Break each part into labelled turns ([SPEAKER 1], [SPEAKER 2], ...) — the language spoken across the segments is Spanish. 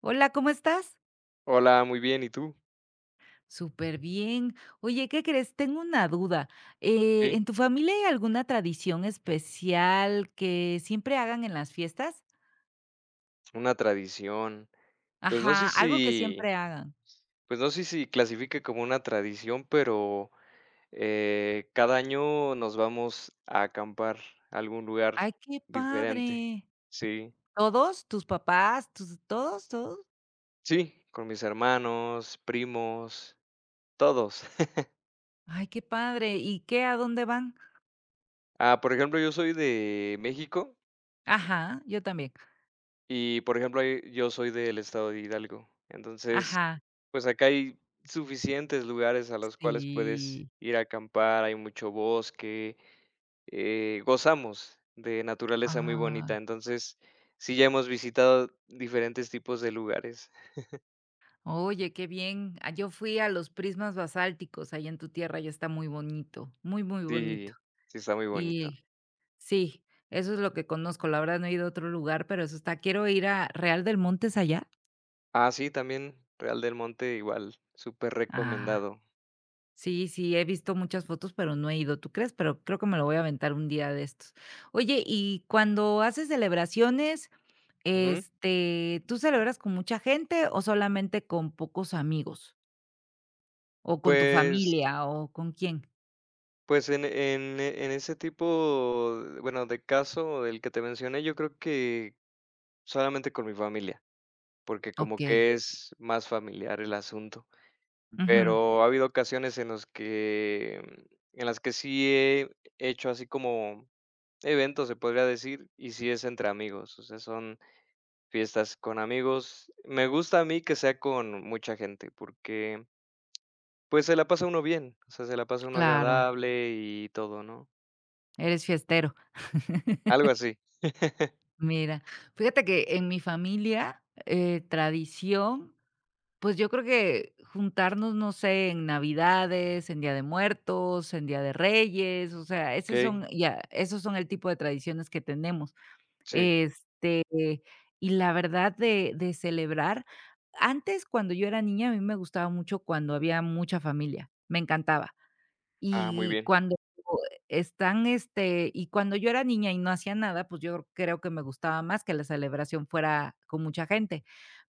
[SPEAKER 1] Hola, ¿cómo estás?
[SPEAKER 2] Hola, muy bien, ¿y tú?
[SPEAKER 1] Súper bien. Oye, ¿qué crees? Tengo una duda. Eh,
[SPEAKER 2] Sí,
[SPEAKER 1] ¿en tu familia hay alguna tradición especial que siempre hagan en las fiestas?
[SPEAKER 2] una tradición. Pues, no
[SPEAKER 1] Ajá,
[SPEAKER 2] sé
[SPEAKER 1] algo que
[SPEAKER 2] si
[SPEAKER 1] siempre hagan.
[SPEAKER 2] pues, no sé si clasifique como una tradición, pero, cada año nos vamos a acampar a algún lugar
[SPEAKER 1] Ay, qué
[SPEAKER 2] diferente.
[SPEAKER 1] padre.
[SPEAKER 2] Sí,
[SPEAKER 1] ¿Todos? ¿Tus papás? ¿Tus, todos? ¿Todos?
[SPEAKER 2] sí, con mis hermanos, primos, todos.
[SPEAKER 1] Ay, qué padre. ¿Y qué? ¿A dónde van?
[SPEAKER 2] Ah, por ejemplo, yo soy de México.
[SPEAKER 1] Ajá, yo también.
[SPEAKER 2] Y, por ejemplo, ahí yo soy del estado de Hidalgo. Entonces,
[SPEAKER 1] Ajá,
[SPEAKER 2] pues, acá hay suficientes lugares a los cuales puedes
[SPEAKER 1] sí.
[SPEAKER 2] ir a acampar, hay mucho bosque, gozamos de naturaleza muy bonita.
[SPEAKER 1] Ah,
[SPEAKER 2] Entonces, sí, ya hemos visitado diferentes tipos de lugares.
[SPEAKER 1] oye, qué bien. Ah, yo fui a los prismas basálticos allá en tu tierra, ya está muy bonito, muy, muy bonito.
[SPEAKER 2] Sí, sí está muy bonito.
[SPEAKER 1] Y sí, eso es lo que conozco, la verdad no he ido a otro lugar, pero eso está quiero ir a, ¿Real del Monte es allá?
[SPEAKER 2] Ah, sí, también Real del Monte igual,
[SPEAKER 1] Ah,
[SPEAKER 2] superrecomendado.
[SPEAKER 1] sí, sí, he visto muchas fotos, pero no he ido, ¿tú crees? Pero creo que me lo voy a aventar un día de estos. Oye, y cuando haces celebraciones,
[SPEAKER 2] Ujú.
[SPEAKER 1] ¿tú celebras con mucha gente o solamente con pocos amigos? ¿O con tu
[SPEAKER 2] Pues
[SPEAKER 1] familia o con quién?
[SPEAKER 2] Pues en ese tipo, bueno, de caso del que te mencioné, yo creo que solamente con mi familia, porque como
[SPEAKER 1] Okey.
[SPEAKER 2] que es más familiar el asunto.
[SPEAKER 1] Ujú,
[SPEAKER 2] Pero ha habido ocasiones en las que sí he hecho así como eventos, se podría decir, y sí es entre amigos, o sea, son fiestas con amigos. Me gusta a mí que sea con mucha gente, porque, pues, se la pasa uno bien, o sea, se la pasa uno
[SPEAKER 1] claro,
[SPEAKER 2] agradable y todo, ¿no?
[SPEAKER 1] eres fiestero.
[SPEAKER 2] Algo así,
[SPEAKER 1] Mira, fíjate que en mi familia, tradición, pues yo creo que juntarnos, no sé, en Navidades, en Día de Muertos, en Día de Reyes, o sea, esos son
[SPEAKER 2] okey.
[SPEAKER 1] ya, esos son el tipo de tradiciones que tenemos.
[SPEAKER 2] Sí.
[SPEAKER 1] Este, y la verdad de celebrar, antes, cuando yo era niña, a mí me gustaba mucho cuando había mucha familia, me encantaba.
[SPEAKER 2] Ah, muy
[SPEAKER 1] Y
[SPEAKER 2] bien.
[SPEAKER 1] cuando y cuando yo era niña y no hacía nada, pues yo creo que me gustaba más que la celebración fuera con mucha gente.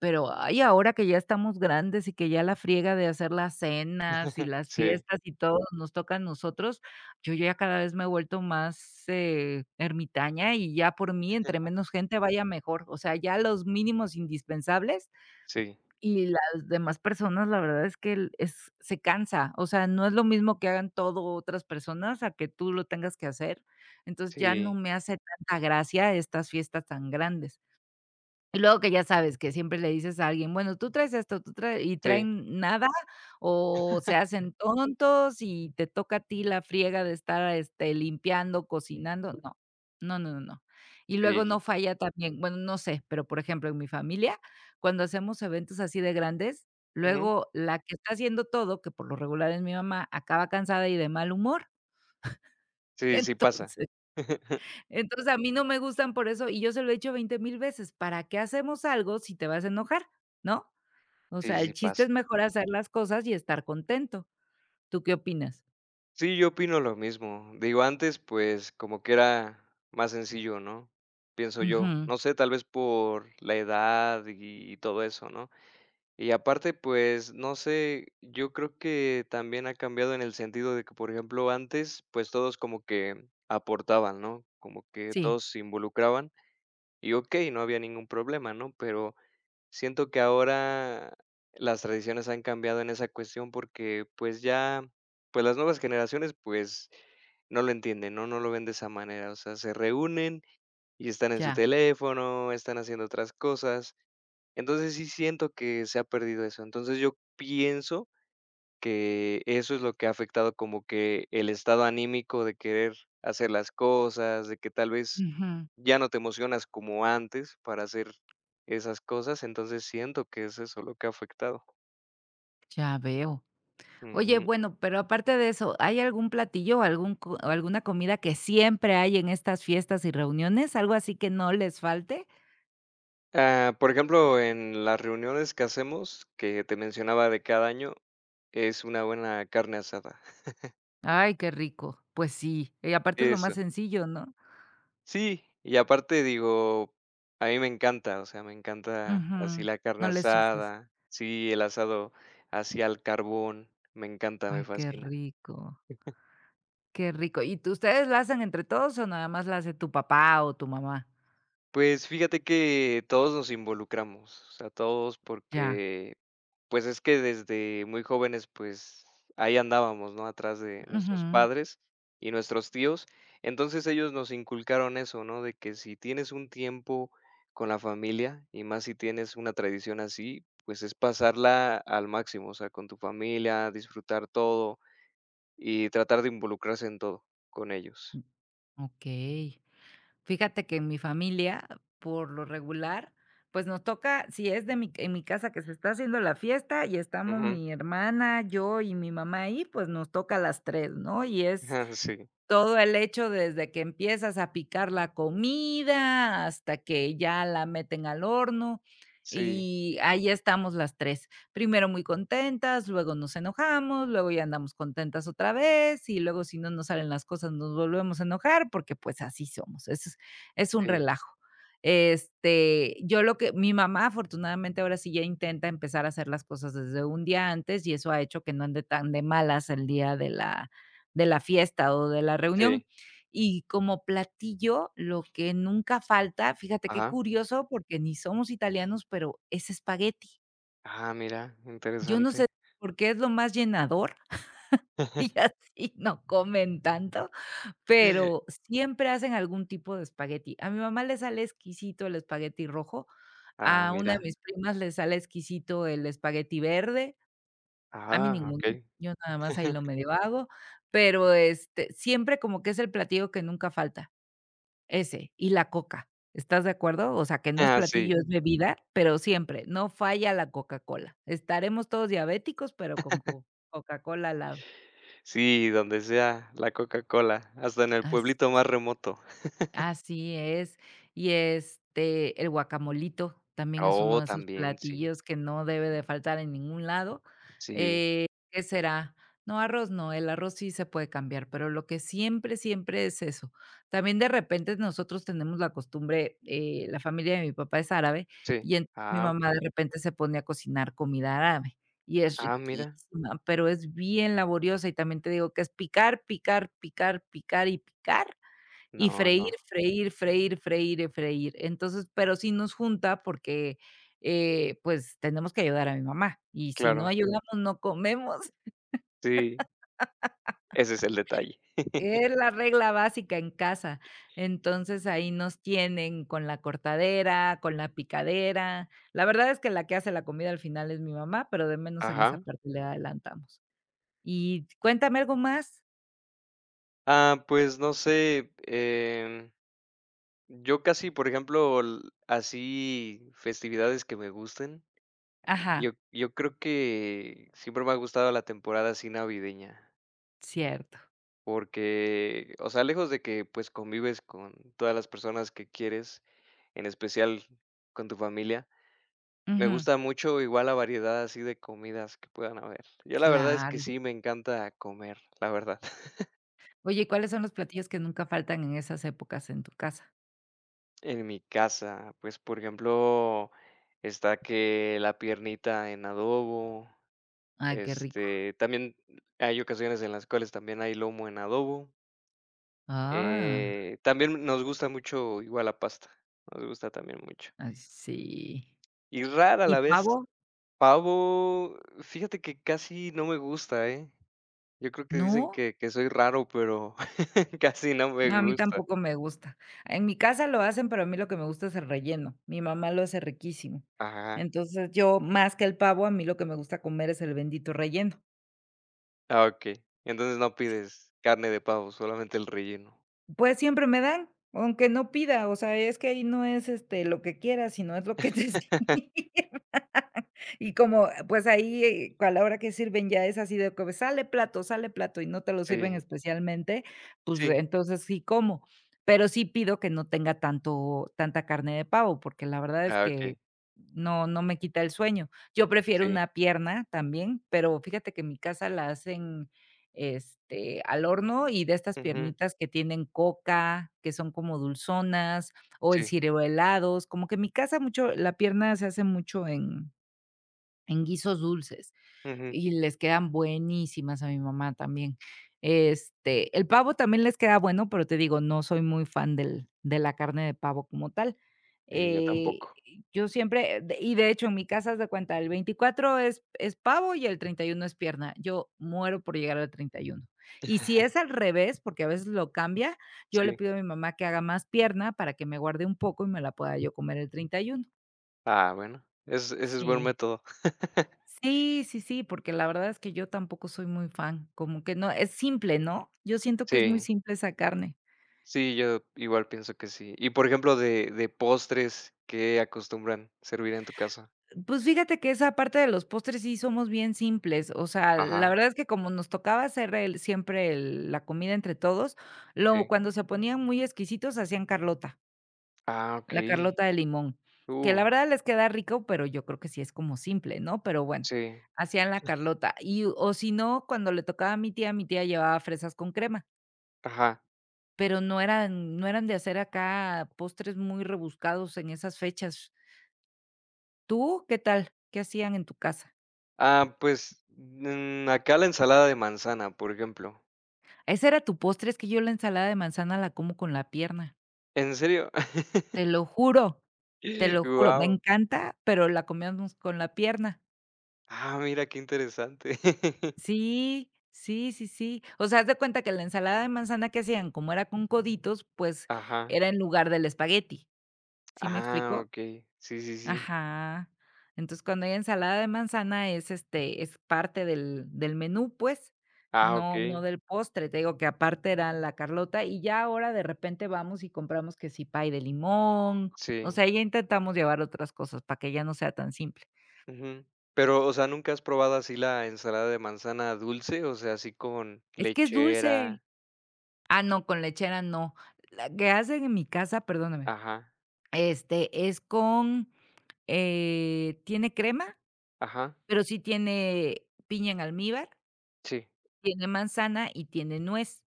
[SPEAKER 1] Pero, ay, ahora que ya estamos grandes y que ya la friega de hacer las cenas y las
[SPEAKER 2] Sí,
[SPEAKER 1] fiestas y todo nos toca a nosotros, yo ya cada vez me he vuelto más, ermitaña y ya por mí, entre menos gente vaya mejor. O sea, ya los mínimos indispensables
[SPEAKER 2] sí,
[SPEAKER 1] y las demás personas, la verdad es que el es se cansa, o sea, no es lo mismo que hagan todo otras personas a que tú lo tengas que hacer. Entonces, ya no
[SPEAKER 2] sí,
[SPEAKER 1] me hace tanta gracia estas fiestas tan grandes. Y luego que ya sabes que siempre le dices a alguien: "Bueno, tú traes esto, tú trae", y
[SPEAKER 2] sí,
[SPEAKER 1] traen nada, o se hacen tontos y te toca a ti la friega de estar, limpiando, cocinando. No, no, no, no, no. Y luego no
[SPEAKER 2] sí.
[SPEAKER 1] falla también, bueno, no sé, pero, por ejemplo, en mi familia, cuando hacemos eventos así de grandes,
[SPEAKER 2] Ujú.
[SPEAKER 1] luego la que está haciendo todo, que por lo regular es mi mamá, acaba cansada y de mal humor.
[SPEAKER 2] Sí, sí pasa.
[SPEAKER 1] Entonces entonces, a mí no me gustan por eso, y yo se lo he dicho 20,000 veces, ¿para qué hacemos algo si te vas a enojar? ¿No? O
[SPEAKER 2] Sí,
[SPEAKER 1] sea, el
[SPEAKER 2] sí
[SPEAKER 1] chiste
[SPEAKER 2] pasa.
[SPEAKER 1] es mejor hacer las cosas y estar contento. ¿Tú qué opinas?
[SPEAKER 2] Sí, yo opino lo mismo. Digo, antes, pues, como que era más sencillo, ¿no? Pienso yo.
[SPEAKER 1] Ujú.
[SPEAKER 2] No sé, tal vez por la edad y todo eso, ¿no? Y aparte, pues, no sé, yo creo que también ha cambiado en el sentido de que, por ejemplo, antes, pues, todos como que aportaban, ¿no? Como que
[SPEAKER 1] Sí,
[SPEAKER 2] todos se involucraban. Y okey, no había ningún problema, ¿no? Pero siento que ahora las tradiciones han cambiado en esa cuestión porque, pues, ya, pues, las nuevas generaciones, pues, no lo entienden, ¿no? No lo ven de esa manera, o sea, se reúnen y están en su
[SPEAKER 1] ya.
[SPEAKER 2] teléfono, están haciendo otras cosas. Entonces, sí siento que se ha perdido eso. Entonces, yo pienso que eso es lo que ha afectado como que el estado anímico de querer hacer las cosas, de que tal vez
[SPEAKER 1] Ujú.
[SPEAKER 2] ya no te emocionas como antes para hacer esas cosas, entonces siento que es eso lo que ha afectado.
[SPEAKER 1] Ya veo. Oye,
[SPEAKER 2] Ujú.
[SPEAKER 1] bueno, pero aparte de eso, ¿hay algún platillo o algún co o alguna comida que siempre hay en estas fiestas y reuniones? ¿Algo así que no les falte?
[SPEAKER 2] Ah, por ejemplo, en las reuniones que hacemos, que te mencionaba de cada año, es una buena carne asada.
[SPEAKER 1] Ay, qué rico. Pues sí. Y aparte es lo más
[SPEAKER 2] Eso.
[SPEAKER 1] sencillo, ¿no?
[SPEAKER 2] Sí, y aparte digo, a mí me encanta, o sea, me encanta así
[SPEAKER 1] Ujú.
[SPEAKER 2] la
[SPEAKER 1] No
[SPEAKER 2] carne
[SPEAKER 1] le sufres.
[SPEAKER 2] asada, sí, el asado así al carbón, me encanta, me
[SPEAKER 1] Ay, qué
[SPEAKER 2] fascina.
[SPEAKER 1] rico. Qué rico. ¿Y tú ustedes la hacen entre todos o nada más la hace tu papá o tu mamá?
[SPEAKER 2] Pues fíjate que todos nos involucramos, o sea, todos
[SPEAKER 1] Ya.
[SPEAKER 2] porque pues es que desde muy jóvenes, pues ahí andábamos, ¿no? Atrás de nuestros
[SPEAKER 1] Ujú.
[SPEAKER 2] padres y nuestros tíos. Entonces ellos nos inculcaron eso, ¿no? De que si tienes un tiempo con la familia y más si tienes una tradición así, pues es pasarla al máximo, o sea, con tu familia, disfrutar todo y tratar de involucrarse en todo con ellos.
[SPEAKER 1] Okey. Fíjate que en mi familia, por lo regular, pues, nos toca, si es de mi en mi casa que se está haciendo la fiesta y estamos
[SPEAKER 2] Ujú.
[SPEAKER 1] mi hermana, yo y mi mamá ahí, pues, nos toca a las 3, ¿no? Y es
[SPEAKER 2] Sí,
[SPEAKER 1] todo el hecho desde que empiezas a picar la comida, hasta que ya la meten al horno,
[SPEAKER 2] sí,
[SPEAKER 1] y ahí estamos las tres. Primero muy contentas, luego nos enojamos, luego ya andamos contentas otra vez, y luego si no nos salen las cosas nos volvemos a enojar, porque, pues, así somos. Es un
[SPEAKER 2] sí,
[SPEAKER 1] relajo. Yo lo que mi mamá afortunadamente ahora sí ya intenta empezar a hacer las cosas desde un día antes, y eso ha hecho que no ande tan de malas el día de la fiesta o de la reunión.
[SPEAKER 2] sí.
[SPEAKER 1] Y como platillo, lo que nunca falta, fíjate qué
[SPEAKER 2] Ajá.
[SPEAKER 1] curioso, porque ni somos italianos, pero es espagueti.
[SPEAKER 2] Ah, mira,
[SPEAKER 1] Yo no sé
[SPEAKER 2] interesante.
[SPEAKER 1] por qué es lo más llenador y así no comen tanto, pero siempre hacen algún tipo de espagueti. A mi mamá le sale exquisito el espagueti rojo,
[SPEAKER 2] Ah,
[SPEAKER 1] a una de
[SPEAKER 2] mira.
[SPEAKER 1] mis primas le sale exquisito el espagueti verde. A mí
[SPEAKER 2] Ajá,
[SPEAKER 1] ninguno,
[SPEAKER 2] okey.
[SPEAKER 1] yo nada más ahí lo medio hago, pero, siempre como que es el platillo que nunca falta, ese y la coca, ¿estás de acuerdo? O sea, que no es
[SPEAKER 2] Ah, sí,
[SPEAKER 1] platillo, es bebida, pero siempre, no falla la Coca-Cola. Estaremos todos diabéticos, pero con co Coca-Cola al lado.
[SPEAKER 2] sí, donde sea la Coca-Cola, hasta en el
[SPEAKER 1] Así.
[SPEAKER 2] pueblito más remoto.
[SPEAKER 1] Así es. Y, el guacamolito también es uno
[SPEAKER 2] Oh,
[SPEAKER 1] de esos
[SPEAKER 2] también, sí,
[SPEAKER 1] platillos que no debe de faltar en ningún lado.
[SPEAKER 2] sí,
[SPEAKER 1] ¿Qué será? No, arroz no, el arroz sí se puede cambiar, pero lo que siempre, siempre es eso. También de repente nosotros tenemos la costumbre, la familia de mi papá es árabe,
[SPEAKER 2] sí.
[SPEAKER 1] y entonces mi
[SPEAKER 2] Ah,
[SPEAKER 1] mamá de
[SPEAKER 2] ok.
[SPEAKER 1] repente se pone a cocinar comida árabe, y es
[SPEAKER 2] Ah, mira.
[SPEAKER 1] riquísima, pero es bien laboriosa, y también te digo que es picar, picar, picar, picar y picar. Y
[SPEAKER 2] No, no,
[SPEAKER 1] freír, freír, freír, freír, y freír. Entonces, pero sí nos junta porque, pues, tenemos que ayudar a mi mamá, y si no
[SPEAKER 2] claro.
[SPEAKER 1] ayudamos, no comemos.
[SPEAKER 2] Sí, ese es el detalle.
[SPEAKER 1] Es la regla básica en casa. Entonces, ahí nos tienen con la cortadera, con la picadera. La verdad es que la que hace la comida al final es mi mamá, pero de menos en esa
[SPEAKER 2] Ajá.
[SPEAKER 1] parte le adelantamos. Y cuéntame algo más.
[SPEAKER 2] Ah, pues no sé, yo casi, por ejemplo, l así festividades que me gusten, yo
[SPEAKER 1] Ajá,
[SPEAKER 2] yo creo que siempre me ha gustado la temporada así navideña.
[SPEAKER 1] cierto.
[SPEAKER 2] Porque, o sea, lejos de que, pues, convives con todas las personas que quieres, en especial con tu familia, me
[SPEAKER 1] Ujú,
[SPEAKER 2] gusta mucho igual la variedad así de comidas que puedan haber. Yo la verdad es que
[SPEAKER 1] claro.
[SPEAKER 2] sí me encanta comer, la verdad.
[SPEAKER 1] Oye, ¿y cuáles son los platillos que nunca faltan en esas épocas en tu casa?
[SPEAKER 2] En mi casa, pues, por ejemplo, está que la piernita en adobo,
[SPEAKER 1] Ay, qué rico.
[SPEAKER 2] este, también hay ocasiones en las cuales también hay lomo en adobo.
[SPEAKER 1] Ah,
[SPEAKER 2] También nos gusta mucho igual la pasta, nos gusta también mucho.
[SPEAKER 1] ay, sí.
[SPEAKER 2] Y rara a
[SPEAKER 1] ¿Y
[SPEAKER 2] la vez.
[SPEAKER 1] pavo?
[SPEAKER 2] Pavo, fíjate que casi no me gusta, ¿eh? Yo creo que dicen
[SPEAKER 1] ¿No?
[SPEAKER 2] que soy raro, pero casi no me
[SPEAKER 1] No, a mí
[SPEAKER 2] gusta.
[SPEAKER 1] tampoco me gusta. En mi casa lo hacen, pero a mí lo que me gusta es el relleno. Mi mamá lo hace riquísimo.
[SPEAKER 2] Ajá.
[SPEAKER 1] Entonces, yo más que el pavo, a mí lo que me gusta comer es el bendito relleno.
[SPEAKER 2] Ah, ok. Entonces no pides carne de pavo, solamente el relleno.
[SPEAKER 1] Pues siempre me dan, aunque no pida, o sea, es que ahí no es, lo que quieras, sino es lo que te sirvan. Y como, pues ahí, a la hora que sirven ya es así de que pues, sale plato y no te lo sirven
[SPEAKER 2] Sí,
[SPEAKER 1] especialmente, pues
[SPEAKER 2] sí.
[SPEAKER 1] entonces sí como, pero sí pido que no tenga tanto tanta carne de pavo, porque la verdad es
[SPEAKER 2] Ah,
[SPEAKER 1] que
[SPEAKER 2] ok.
[SPEAKER 1] no no me quita el sueño. Yo prefiero
[SPEAKER 2] Sí.
[SPEAKER 1] una pierna también, pero fíjate que en mi casa la hacen al horno y de estas
[SPEAKER 2] Ujú.
[SPEAKER 1] piernitas que tienen coca, que son como dulzonas o
[SPEAKER 2] Sí.
[SPEAKER 1] enciruelados, como que en mi casa mucho la pierna se hace mucho en guisos dulces.
[SPEAKER 2] Ujú.
[SPEAKER 1] Y les quedan buenísimas a mi mamá también. El pavo también les queda bueno, pero te digo, no soy muy fan del de la carne de pavo como tal.
[SPEAKER 2] Y yo
[SPEAKER 1] Eh,
[SPEAKER 2] tampoco.
[SPEAKER 1] yo siempre de y de hecho, en mi casa, haz de cuenta, el 24 es pavo y el 31 es pierna. Yo muero por llegar al treinta y uno. Y si es al revés, porque a veces lo cambia, yo le
[SPEAKER 2] Sí.
[SPEAKER 1] pido a mi mamá que haga más pierna para que me guarde un poco y me la pueda yo comer el treinta y uno
[SPEAKER 2] Ah, bueno, es ese es buen
[SPEAKER 1] Sí.
[SPEAKER 2] método.
[SPEAKER 1] Sí, sí, sí, porque la verdad es que yo tampoco soy muy fan, como que no, es simple, ¿no? Yo siento que es muy
[SPEAKER 2] Sí.
[SPEAKER 1] simple esa carne.
[SPEAKER 2] Sí, yo igual pienso que sí. Y, por ejemplo, de postres, ¿qué acostumbran servir en tu casa?
[SPEAKER 1] Pues fíjate que esa parte de los postres sí somos bien simples, o sea, la
[SPEAKER 2] Ajá,
[SPEAKER 1] verdad es que como nos tocaba hacer la comida entre todos, lo,
[SPEAKER 2] sí.
[SPEAKER 1] cuando se ponían muy exquisitos hacían Carlota,
[SPEAKER 2] Ah,
[SPEAKER 1] la
[SPEAKER 2] okey.
[SPEAKER 1] Carlota de limón, que la
[SPEAKER 2] Uh,
[SPEAKER 1] verdad les queda rico, pero yo creo que sí es como simple, ¿no? Pero bueno,
[SPEAKER 2] sí.
[SPEAKER 1] hacían la Carlota. Y, o si no, cuando le tocaba a mi tía llevaba fresas con crema.
[SPEAKER 2] Ajá.
[SPEAKER 1] Pero no eran de hacer acá postres muy rebuscados en esas fechas. ¿Tú qué tal? ¿Qué hacían en tu casa?
[SPEAKER 2] Ah, pues, mm, acá la ensalada de manzana, por ejemplo.
[SPEAKER 1] Ese era tu postre, es que yo la ensalada de manzana la como con la pierna,
[SPEAKER 2] ¿En serio?
[SPEAKER 1] te lo juro, te lo juro, me
[SPEAKER 2] Guau.
[SPEAKER 1] encanta, pero la comíamos con la pierna.
[SPEAKER 2] Ah, mira, qué interesante.
[SPEAKER 1] Sí, sí, sí, sí. O sea, haz de cuenta que la ensalada de manzana que hacían, como era con coditos, pues,
[SPEAKER 2] Ajá.
[SPEAKER 1] era en lugar del espagueti, ¿sí me
[SPEAKER 2] Ah,
[SPEAKER 1] explico?
[SPEAKER 2] okey. Sí, sí, sí.
[SPEAKER 1] Ajá. Entonces, cuando hay ensalada de manzana es, es parte del menú, pues,
[SPEAKER 2] Ah,
[SPEAKER 1] no no
[SPEAKER 2] okey.
[SPEAKER 1] del postre. Te digo que aparte era la Carlota, y ya ahora de repente vamos y compramos que si pay de limón, o
[SPEAKER 2] Sí.
[SPEAKER 1] sea, ya intentamos llevar otras cosas para que ya no sea tan simple.
[SPEAKER 2] Ujú. Pero, o sea, ¿nunca has probado así la ensalada de manzana dulce? O sea, así con
[SPEAKER 1] Es que es dulce.
[SPEAKER 2] lechera.
[SPEAKER 1] Ah, no, con lechera no. La que hacen en mi casa, perdóname,
[SPEAKER 2] Ajá,
[SPEAKER 1] es con, tiene crema,
[SPEAKER 2] ajá.
[SPEAKER 1] pero sí tiene piña en almíbar,
[SPEAKER 2] Sí.
[SPEAKER 1] tiene manzana y tiene nuez.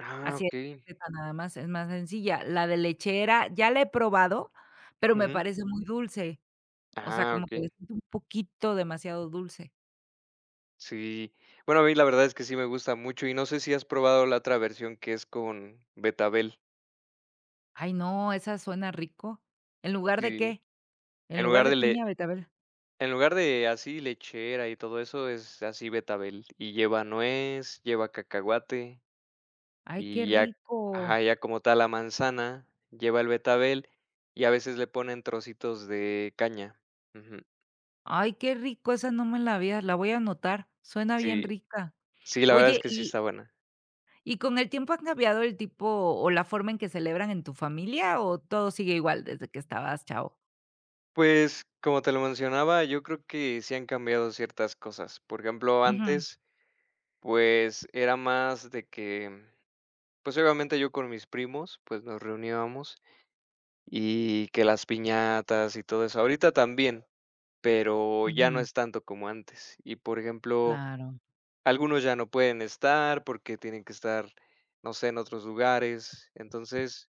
[SPEAKER 2] Ah,
[SPEAKER 1] Así es,
[SPEAKER 2] okey.
[SPEAKER 1] receta nada más, es más sencilla. La de lechera ya la he probado, pero me
[SPEAKER 2] Ujú.
[SPEAKER 1] parece muy dulce, o sea,
[SPEAKER 2] Ah,
[SPEAKER 1] como que
[SPEAKER 2] okey.
[SPEAKER 1] le siento un poquito demasiado dulce.
[SPEAKER 2] Sí. Bueno, a mí la verdad es que sí me gusta mucho, y no sé si has probado la otra versión que es con betabel.
[SPEAKER 1] Ay, no, esa suena rico. ¿En lugar de
[SPEAKER 2] Sí,
[SPEAKER 1] qué? En
[SPEAKER 2] en
[SPEAKER 1] lugar
[SPEAKER 2] lugar
[SPEAKER 1] de
[SPEAKER 2] de
[SPEAKER 1] piña
[SPEAKER 2] le
[SPEAKER 1] betabel.
[SPEAKER 2] en lugar de así lechera y todo eso, es así betabel, y lleva nuez, lleva cacahuate,
[SPEAKER 1] Ay, qué
[SPEAKER 2] y ya ajá,
[SPEAKER 1] rico.
[SPEAKER 2] ya como tal la manzana, lleva el betabel, y a veces le ponen trocitos de caña. Ujú.
[SPEAKER 1] Ay, qué rico, esa no me la había la voy a anotar, suena bien
[SPEAKER 2] Sí,
[SPEAKER 1] rica.
[SPEAKER 2] sí, la verdad es
[SPEAKER 1] Oye,
[SPEAKER 2] que sí
[SPEAKER 1] ¿y
[SPEAKER 2] está buena.
[SPEAKER 1] y con el tiempo han cambiado el tipo o la forma en que celebran en tu familia, o todo sigue igual desde que estabas chavo?
[SPEAKER 2] Pues, como te lo mencionaba, yo creo que sí han cambiado ciertas cosas. Por ejemplo,
[SPEAKER 1] Ujú,
[SPEAKER 2] antes pues, era más de que, pues, obviamente yo con mis primos, pues, nos reuníamos y que las piñatas y todo eso. Ahorita también, pero ya no
[SPEAKER 1] ujú,
[SPEAKER 2] es tanto como antes. Y, por ejemplo,
[SPEAKER 1] claro.
[SPEAKER 2] algunos ya no pueden estar porque tienen que estar, no sé, en otros lugares. Entonces,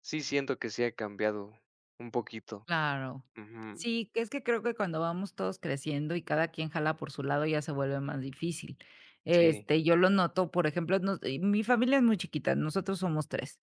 [SPEAKER 2] sí siento que sí ha cambiado un poquito.
[SPEAKER 1] Claro.
[SPEAKER 2] Ujú.
[SPEAKER 1] Sí, que es que creo que cuando vamos todos creciendo y cada quien jala por su lado ya se vuelve más difícil.
[SPEAKER 2] Sí.
[SPEAKER 1] Yo lo noto, por ejemplo, mi familia es muy chiquita, nosotros somos tres.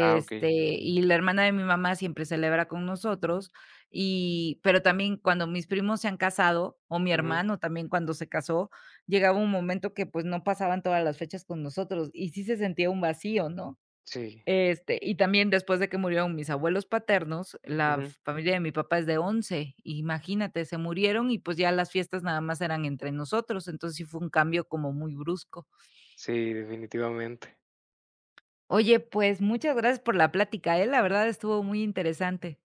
[SPEAKER 2] Ah, okey.
[SPEAKER 1] Y la hermana de mi mamá siempre celebra con nosotros, y, pero también cuando mis primos se han casado, o mi
[SPEAKER 2] Ujú.
[SPEAKER 1] hermano también cuando se casó, llegaba un momento que pues no pasaban todas las fechas con nosotros y sí se sentía un vacío, ¿no?
[SPEAKER 2] Sí.
[SPEAKER 1] Y también después de que murieron mis abuelos paternos, la
[SPEAKER 2] Ujú.
[SPEAKER 1] familia de mi papá es de 11 imagínate, se murieron y, pues, ya las fiestas nada más eran entre nosotros, entonces sí fue un cambio como muy brusco.
[SPEAKER 2] Sí, definitivamente.
[SPEAKER 1] Oye, pues, muchas gracias por la plática, la verdad estuvo muy interesante.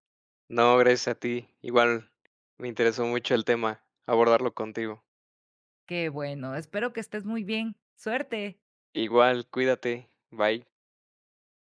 [SPEAKER 2] No, gracias a ti. Igual me interesó mucho el tema, abordarlo contigo.
[SPEAKER 1] Qué bueno, espero que estés muy bien. Suerte.
[SPEAKER 2] Igual, cuídate. Bye.